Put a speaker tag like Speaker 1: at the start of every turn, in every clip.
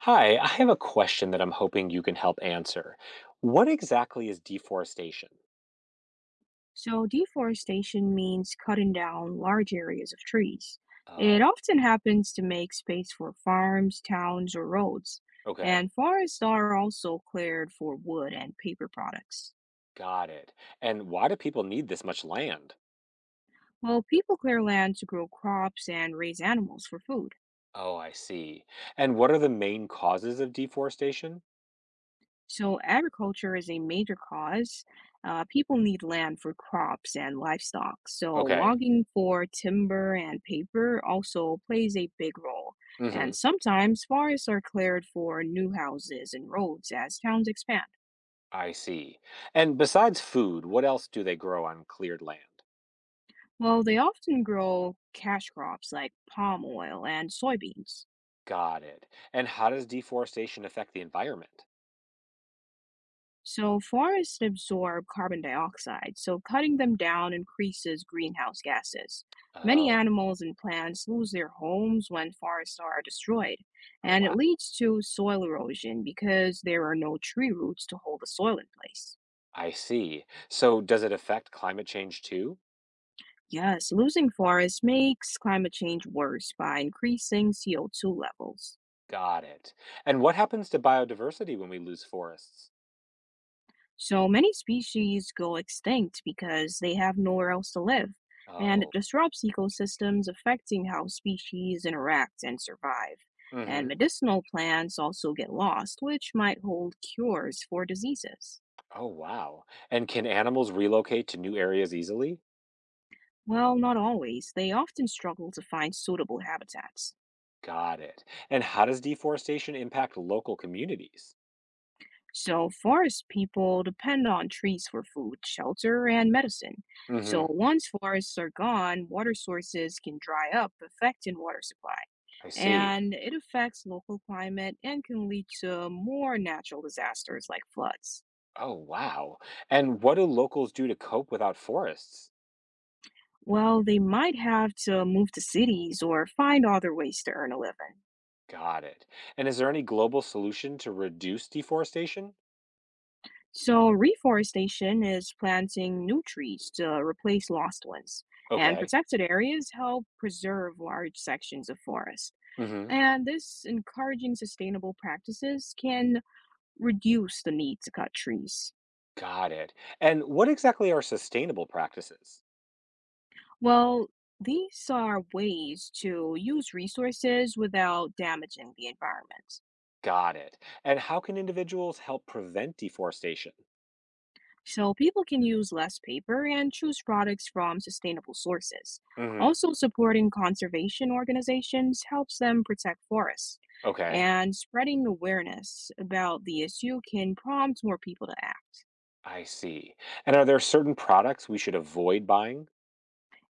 Speaker 1: Hi, I have a question that I'm hoping you can help answer. What exactly is deforestation?
Speaker 2: So, deforestation means cutting down large areas of trees. It
Speaker 1: Oh.
Speaker 2: often happens to make space for farms, towns, or roads,
Speaker 1: Okay,
Speaker 2: and forests are also cleared for wood and paper products.
Speaker 1: got it. And why do people need this much land?
Speaker 2: Well, people clear land to grow crops and raise animals for food.
Speaker 1: Oh, I see. And what are the main causes of deforestation?
Speaker 2: So, agriculture is a major cause. People need land for crops and livestock. So,
Speaker 1: Okay,
Speaker 2: logging for timber and paper also plays a big role.
Speaker 1: mm-hmm,
Speaker 2: And sometimes forests are cleared for new houses and roads as towns expand.
Speaker 1: I see. And besides food, what else do they grow on cleared land?
Speaker 2: Well, they often grow cash crops like palm oil and soybeans.
Speaker 1: Got it. And how does deforestation affect the environment?
Speaker 2: So forests absorb carbon dioxide, so cutting them down increases greenhouse gases. Many
Speaker 1: Oh,
Speaker 2: animals and plants lose their homes when forests are destroyed,
Speaker 1: oh
Speaker 2: and
Speaker 1: wow.
Speaker 2: it leads to soil erosion because there are no tree roots to hold the soil in place.
Speaker 1: I see. So does it affect climate change too?
Speaker 2: Yes, losing forests makes climate change worse by increasing CO2 levels.
Speaker 1: Got it. And what happens to biodiversity when we lose forests?
Speaker 2: So many species go extinct because they have nowhere else to live, and it
Speaker 1: Oh,
Speaker 2: disrupts ecosystems, affecting how species interact and survive. And
Speaker 1: hmm.
Speaker 2: medicinal plants also get lost, which might hold cures for diseases.
Speaker 1: Oh, wow. And can animals relocate to new areas easily?
Speaker 2: Well, not always. They often struggle to find suitable habitats.
Speaker 1: Got it. And how does deforestation impact local communities?
Speaker 2: So, forest people depend on trees for food, shelter, and medicine. So,
Speaker 1: Hmm.
Speaker 2: once forests are gone, water sources can dry up, affecting water supply,
Speaker 1: I see.
Speaker 2: and it affects local climate and can lead to more natural disasters like floods.
Speaker 1: Oh, wow. And what do locals do to cope without forests?
Speaker 2: Well, they might have to move to cities or find other ways to earn a living.
Speaker 1: Got it. And is there any global solution to reduce deforestation?
Speaker 2: So, reforestation is planting new trees to replace lost ones, and
Speaker 1: Okay.
Speaker 2: protected areas help preserve large sections of forest.
Speaker 1: Hmm.
Speaker 2: And this encouraging sustainable practices can reduce the need to cut trees.
Speaker 1: Got it. And what exactly are sustainable practices?
Speaker 2: Well, these are ways to use resources without damaging the environment.
Speaker 1: Got it. And how can individuals help prevent deforestation?
Speaker 2: So people can use less paper and choose products from sustainable sources.
Speaker 1: Hmm.
Speaker 2: Also, supporting conservation organizations helps them protect forests.
Speaker 1: Okay,
Speaker 2: And spreading awareness about the issue can prompt more people to act.
Speaker 1: I see. And are there certain products we should avoid buying?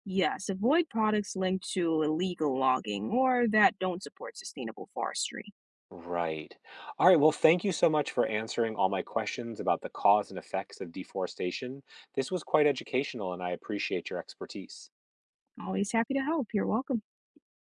Speaker 2: Yes, avoid products linked to illegal logging or that don't support sustainable forestry.
Speaker 1: Right. All right. Well, thank you so much for answering all my questions about the cause and effects of deforestation. This was quite educational, and I appreciate your expertise.
Speaker 2: Always happy to help. You're welcome.